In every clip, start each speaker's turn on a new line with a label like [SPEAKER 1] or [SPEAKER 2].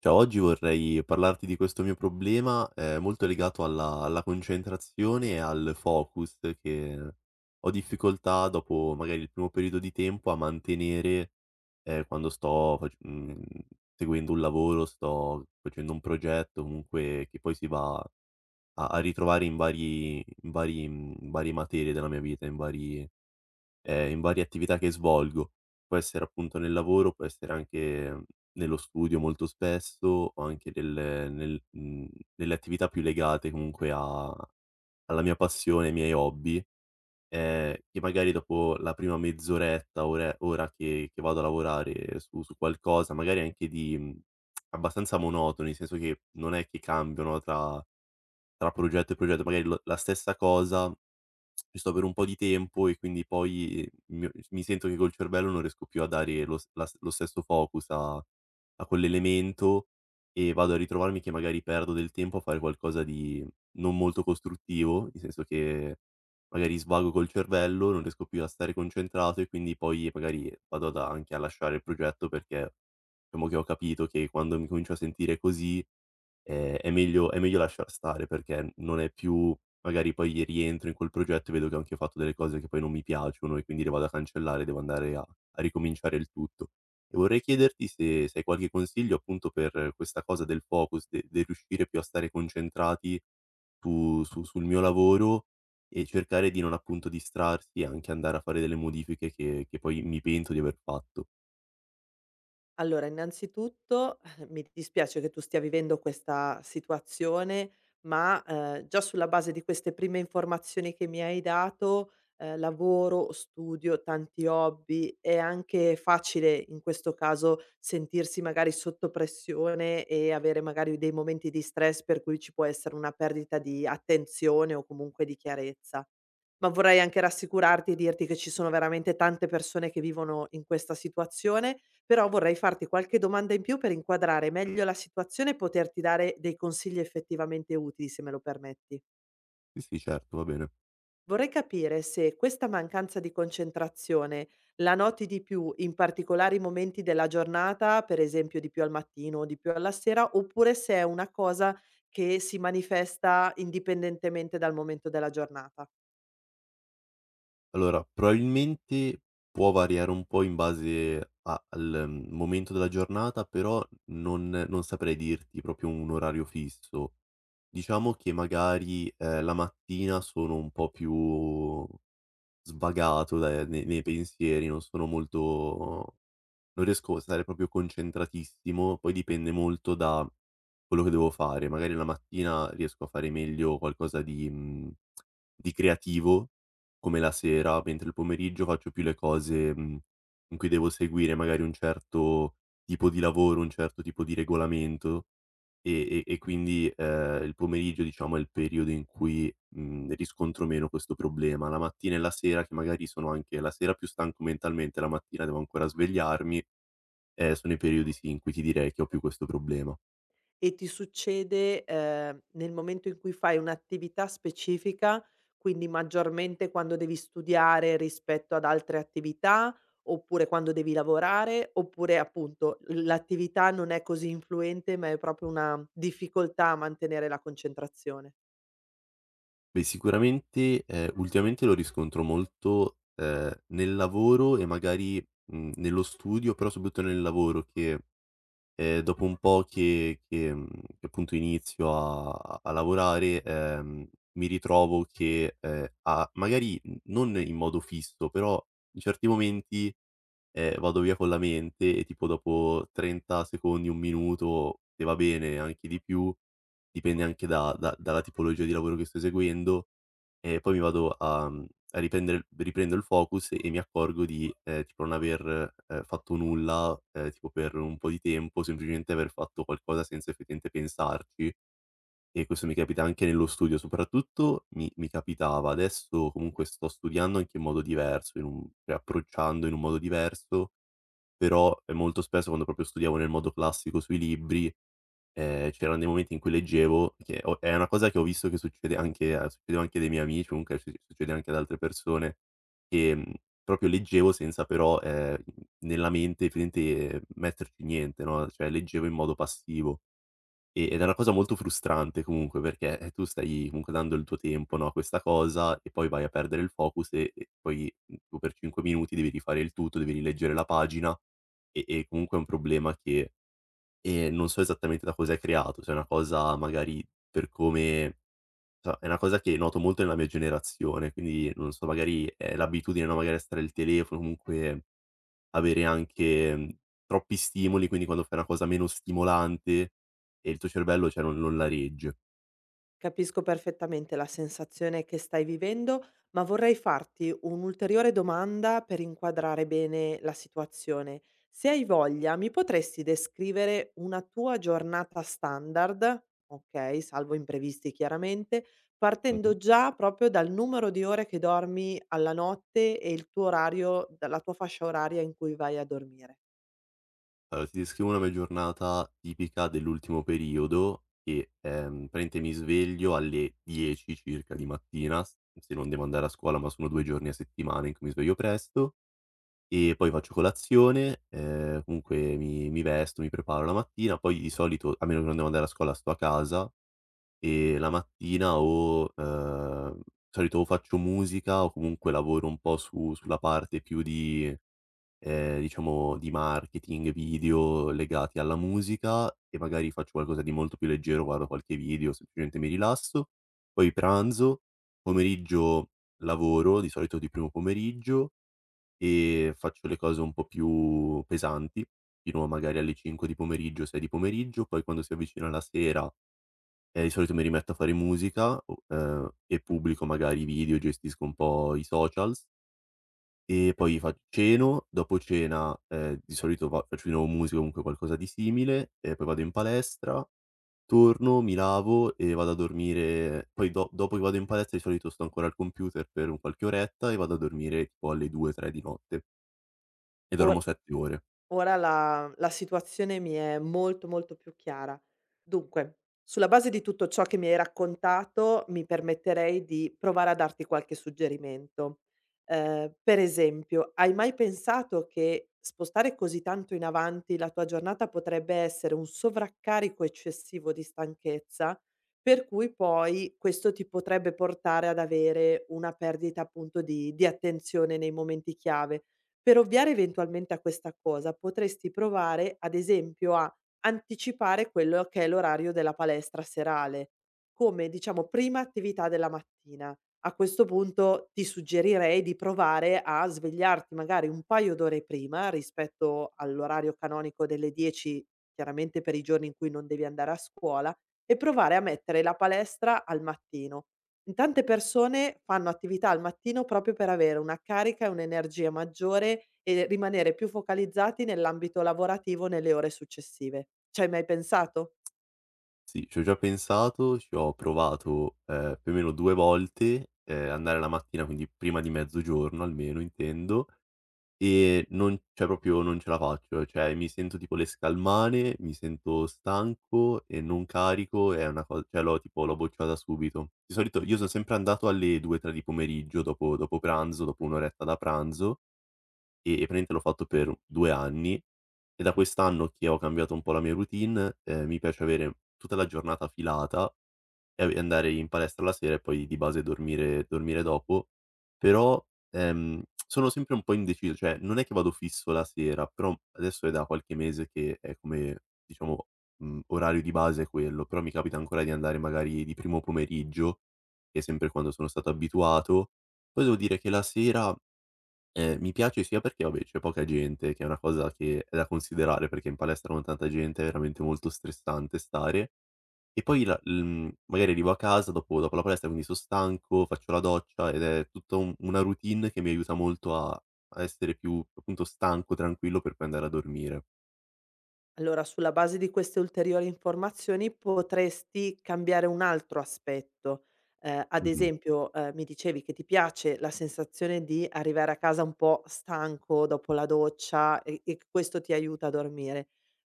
[SPEAKER 1] Ciao, oggi vorrei parlarti di questo mio problema, molto legato alla concentrazione e al focus che ho difficoltà dopo magari il primo periodo di tempo a mantenere, quando sto seguendo un lavoro, sto facendo un progetto comunque che poi si va a ritrovare in varie materie della mia vita, in varie attività che svolgo. Può essere appunto nel lavoro, può essere anche, nello studio molto spesso, o anche nelle attività più legate comunque a alla mia passione, ai miei hobby, che magari dopo la prima mezz'oretta, ore ora che vado a lavorare su qualcosa, magari anche di abbastanza monotono, nel senso che non è che cambiano tra progetto e progetto, magari lo la stessa cosa ci sto per un po' di tempo, e quindi poi mi sento che col cervello non riesco più a dare lo s la s- lo stesso focus a quell'elemento, e vado a ritrovarmi che magari perdo del tempo a fare qualcosa di non molto costruttivo, nel senso che magari svago col cervello, non riesco più a stare concentrato, e quindi poi magari vado ad anche a lasciare il progetto, perché diciamo che ho capito che quando mi comincio a sentire così, è meglio lasciar stare, perché non è più. Magari poi rientro in quel progetto e vedo che ho anche fatto delle cose che poi non mi piacciono, e quindi le vado a cancellare, devo andare a ricominciare il tutto. E vorrei chiederti se hai qualche consiglio appunto per questa cosa del focus, de del riuscire più a stare concentrati su su sul mio lavoro, e cercare di non appunto distrarsi e anche andare a fare delle modifiche che poi mi pento di aver fatto.
[SPEAKER 2] Allora, innanzitutto mi dispiace che tu stia vivendo questa situazione, ma già sulla base di queste prime informazioni che mi hai dato, lavoro, studio, tanti hobby, è anche facile in questo caso sentirsi magari sotto pressione e avere magari dei momenti di stress, per cui ci può essere una perdita di attenzione o comunque di chiarezza. Ma vorrei anche rassicurarti e dirti che ci sono veramente tante persone che vivono in questa situazione, però vorrei farti qualche domanda in più per inquadrare meglio la situazione e poterti dare dei consigli effettivamente utili, se me lo permetti.
[SPEAKER 1] Sì, sì, certo, va bene.
[SPEAKER 2] Vorrei capire se questa mancanza di concentrazione la noti di più in particolari momenti della giornata, per esempio di più al mattino o di più alla sera, oppure se è una cosa che si manifesta indipendentemente dal momento della giornata.
[SPEAKER 1] Allora, probabilmente può variare un po' in base a al, mhmm, momento della giornata, però non saprei dirti proprio un orario fisso. Diciamo che magari, la mattina sono un po' più svagato de ne nei pensieri, non sono molto. Non riesco a stare proprio concentratissimo, poi dipende molto da quello che devo fare. Magari la mattina riesco a fare meglio qualcosa di creativo, come la sera, mentre il pomeriggio faccio più le cose, in cui devo seguire magari un certo tipo di lavoro, un certo tipo di regolamento, e quindi, il pomeriggio, diciamo, è il periodo in cui, riscontro meno questo problema. La mattina e la sera, che magari sono anche la sera più stanco mentalmente, la mattina devo ancora svegliarmi. Sono i periodi, sì, in cui ti direi che ho più questo problema.
[SPEAKER 2] E ti succede, nel momento in cui fai un'attività specifica, quindi maggiormente quando devi studiare rispetto ad altre attività, oppure quando devi lavorare, oppure appunto l'attività non è così influente, ma è proprio una difficoltà a mantenere la concentrazione?
[SPEAKER 1] Beh, sicuramente, ultimamente lo riscontro molto, nel lavoro e magari, nello studio, però soprattutto nel lavoro. Che Dopo un po' che appunto inizio a lavorare, mi ritrovo che, a magari n non in modo fisso, però in certi momenti, vado via con la mente e tipo dopo 30 secondi, 1 minuto, e va bene anche di più, dipende anche da da dalla tipologia di lavoro che sto eseguendo, e poi mi vado a mhmm, a riprendere riprendo il focus e mi accorgo di, tipo non aver, fatto nulla, tipo per un po' di tempo, semplicemente aver fatto qualcosa senza effettivamente pensarci, e questo mi capita anche nello studio. Soprattutto mi capitava; adesso comunque sto studiando anche in modo diverso, in un cioè approcciando in un modo diverso, però, molto spesso quando proprio studiavo nel modo classico sui libri, c'erano dei momenti in cui leggevo, che ho è una cosa che ho visto che succedeva anche dei miei amici, comunque succede anche ad altre persone, che, proprio leggevo senza, però, nella mente praticamente metterci niente, no, cioè leggevo in modo passivo. Ed è una cosa molto frustrante comunque, perché, tu stai comunque dando il tuo tempo, no, a questa cosa, e poi vai a perdere il focus e poi, tu per 5 minuti devi rifare il tutto, devi rileggere la pagina, e comunque è un problema che e non so esattamente da cosa è creato, se è una cosa magari per come cioè è una cosa che noto molto nella mia generazione, quindi non so, magari è l'abitudine, no, magari a stare al telefono, comunque avere anche, troppi stimoli, quindi quando fai una cosa meno stimolante, e il tuo cervello, cioè non la regge.
[SPEAKER 2] Capisco perfettamente la sensazione che stai vivendo, ma vorrei farti un'ulteriore domanda per inquadrare bene la situazione. Se hai voglia, mi potresti descrivere una tua giornata standard, ok, salvo imprevisti chiaramente,
[SPEAKER 1] Mh-mh.
[SPEAKER 2] partendo già proprio dal numero di ore che dormi alla notte e il tuo orario, la tua fascia oraria in cui vai a dormire.
[SPEAKER 1] Allora ti descrivo una mia giornata tipica dell'ultimo periodo, che, praticamente mi sveglio alle 10 circa di mattina, s se non devo andare a scuola, ma sono 2 giorni a settimana in cui mi sveglio presto. E poi faccio colazione, comunque mi vesto, mi preparo la mattina, poi di solito, a meno che non devo andare a scuola, sto a casa, e la mattina o, di solito o faccio musica o comunque lavoro un po' su sulla parte più di, diciamo, di marketing, video legati alla musica, e magari faccio qualcosa di molto più leggero, guardo qualche video, semplicemente mi rilasso. Poi pranzo, pomeriggio lavoro, di solito di primo pomeriggio, e faccio le cose un po' più pesanti, fino a magari alle 5 di pomeriggio, 6 di pomeriggio, poi quando si avvicina la sera, di solito mi rimetto a fare musica, o e pubblico magari video, gestisco un po' i socials, e poi fac ceno, dopo cena, di solito va faccio di nuovo musica o comunque qualcosa di simile, e poi vado in palestra, torno, mi lavo e vado a dormire. Poi do dopo che vado in palestra, di solito sto ancora al computer per un qualche oretta, e vado a dormire tipo alle 2, 3 di notte. E dormo 7 ore.
[SPEAKER 2] Ora la situazione mi è molto, molto più chiara. Dunque, sulla base di tutto ciò che mi hai raccontato, mi permetterei di provare a darti qualche suggerimento. Per esempio, hai mai pensato che spostare così tanto in avanti la tua giornata potrebbe essere un sovraccarico eccessivo di stanchezza, per cui poi questo ti potrebbe portare ad avere una perdita appunto di attenzione nei momenti chiave? Per ovviare eventualmente a questa cosa, potresti provare, ad esempio, a anticipare quello che è l'orario della palestra serale, come diciamo prima attività della mattina. A questo punto ti suggerirei di provare a svegliarti magari un paio d'ore prima rispetto all'orario canonico delle 10, chiaramente per i giorni in cui non devi andare a scuola, e provare a mettere la palestra al mattino. Tante persone fanno attività al mattino proprio per avere una carica e un'energia maggiore e rimanere più focalizzati nell'ambito lavorativo nelle ore successive. Ci hai mai pensato?
[SPEAKER 1] Sì, ci ho già pensato, ci ho provato, più o meno 2 volte, andare la mattina, quindi prima di mezzogiorno almeno, intendo, e non, cioè proprio non ce la faccio, cioè mi sento tipo le scalmane, mi sento stanco e non carico, è una co cioè l'ho tipo l'ho bocciata subito. Di solito io son sempre andato alle 2, 3 di pomeriggio, dopo pranzo, dopo 1 oretta da pranzo. E praticamente l'ho fatto per 2 anni, e da quest'anno che ho cambiato un po' la mia routine, mi piace avere tutta la giornata filata e ave andare in palestra la sera e poi di base dormire dopo, però, sono sempre un po' indeciso, cioè non è che vado fisso la sera, però adesso è da qualche mese che è come, diciamo, orario di base è quello, però mi capita ancora di andare magari di primo pomeriggio, che è sempre quando sono stato abituato. Poi devo dire che la sera, mi piace, sia perché vabbè c'è poca gente, che è una cosa che è da considerare, perché in palestra con tanta gente è veramente molto stressante stare, e poi, magari arrivo a casa dopo la palestra, quindi son stanco, faccio la doccia, ed è tutta un una routine che mi aiuta molto a essere più appunto stanco, tranquillo, per poi andare a dormire.
[SPEAKER 2] Allora, sulla base di queste ulteriori informazioni potresti cambiare un altro aspetto. Ad
[SPEAKER 1] Mh-mh.
[SPEAKER 2] esempio, mi dicevi che ti piace la sensazione di arrivare a casa un po' stanco dopo la doccia, e questo ti aiuta a dormire.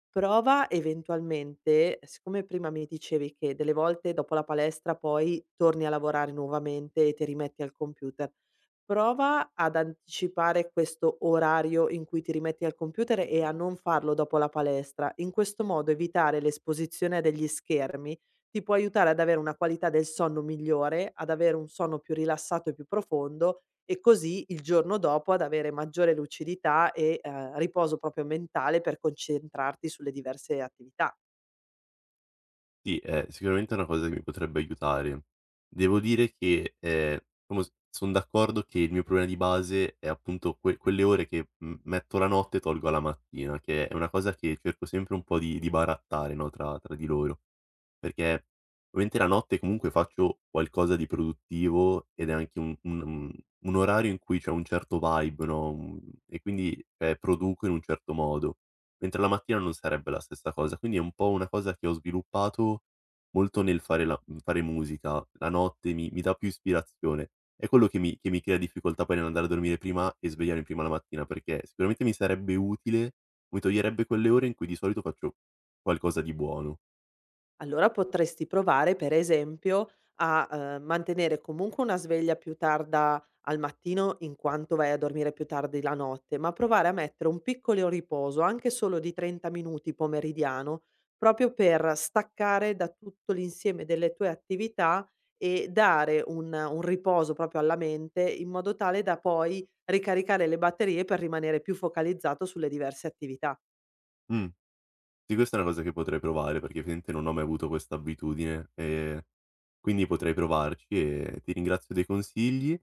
[SPEAKER 2] Prova eventualmente, siccome prima mi dicevi che delle volte dopo la palestra poi torni a lavorare nuovamente e ti rimetti al computer, prova ad anticipare questo orario in cui ti rimetti al computer e a non farlo dopo la palestra. In questo modo, evitare l'esposizione degli schermi ti può aiutare ad avere una qualità del sonno migliore, ad avere un sonno più rilassato e più profondo, e così il giorno dopo ad avere maggiore lucidità e riposo proprio mentale per concentrarti sulle diverse attività.
[SPEAKER 1] Sì, è sicuramente una cosa che mi potrebbe aiutare. Devo dire che, diciamo, son d'accordo che il mio problema di base è appunto quelle ore che m metto la notte e tolgo alla mattina, che è una cosa che cerco sempre un po' di barattare, no, tra di loro. Perché ovviamente la notte comunque faccio qualcosa di produttivo, ed è anche un orario in cui c'è un certo vibe, no, e quindi, produco in un certo modo. Mentre la mattina non sarebbe la stessa cosa, quindi è un po' una cosa che ho sviluppato molto nel fare musica. La notte mi dà più ispirazione. È quello che mi crea difficoltà poi nell'andare a dormire prima e svegliarmi prima la mattina, perché sicuramente mi sarebbe utile, mi toglierebbe quelle ore in cui di solito faccio qualcosa di buono.
[SPEAKER 2] Allora potresti provare per esempio a, mantenere comunque una sveglia più tarda al mattino in quanto vai a dormire più tardi la notte, ma provare a mettere un piccolo riposo, anche solo di 30 minuti pomeridiano, proprio per staccare da tutto l'insieme delle tue attività e dare un riposo proprio alla mente, in modo tale da poi ricaricare le batterie per rimanere più focalizzato sulle diverse attività.
[SPEAKER 1] Mh, sì, questa è una cosa che potrei provare, perché ovviamente non ho mai avuto questa abitudine, quindi potrei provarci e ti ringrazio dei consigli.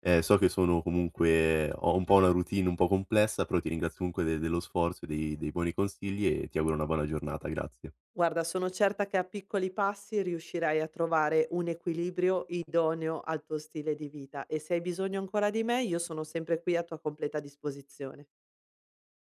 [SPEAKER 1] So che sono comunque ho un po' una routine un po' complessa, però ti ringrazio comunque de dello sforzo e dei buoni consigli, e ti auguro una buona giornata. Grazie.
[SPEAKER 2] Guarda, sono certa che a piccoli passi riuscirai a trovare un equilibrio idoneo al tuo stile di vita, e se hai bisogno ancora di me, io sono sempre qui a tua completa disposizione.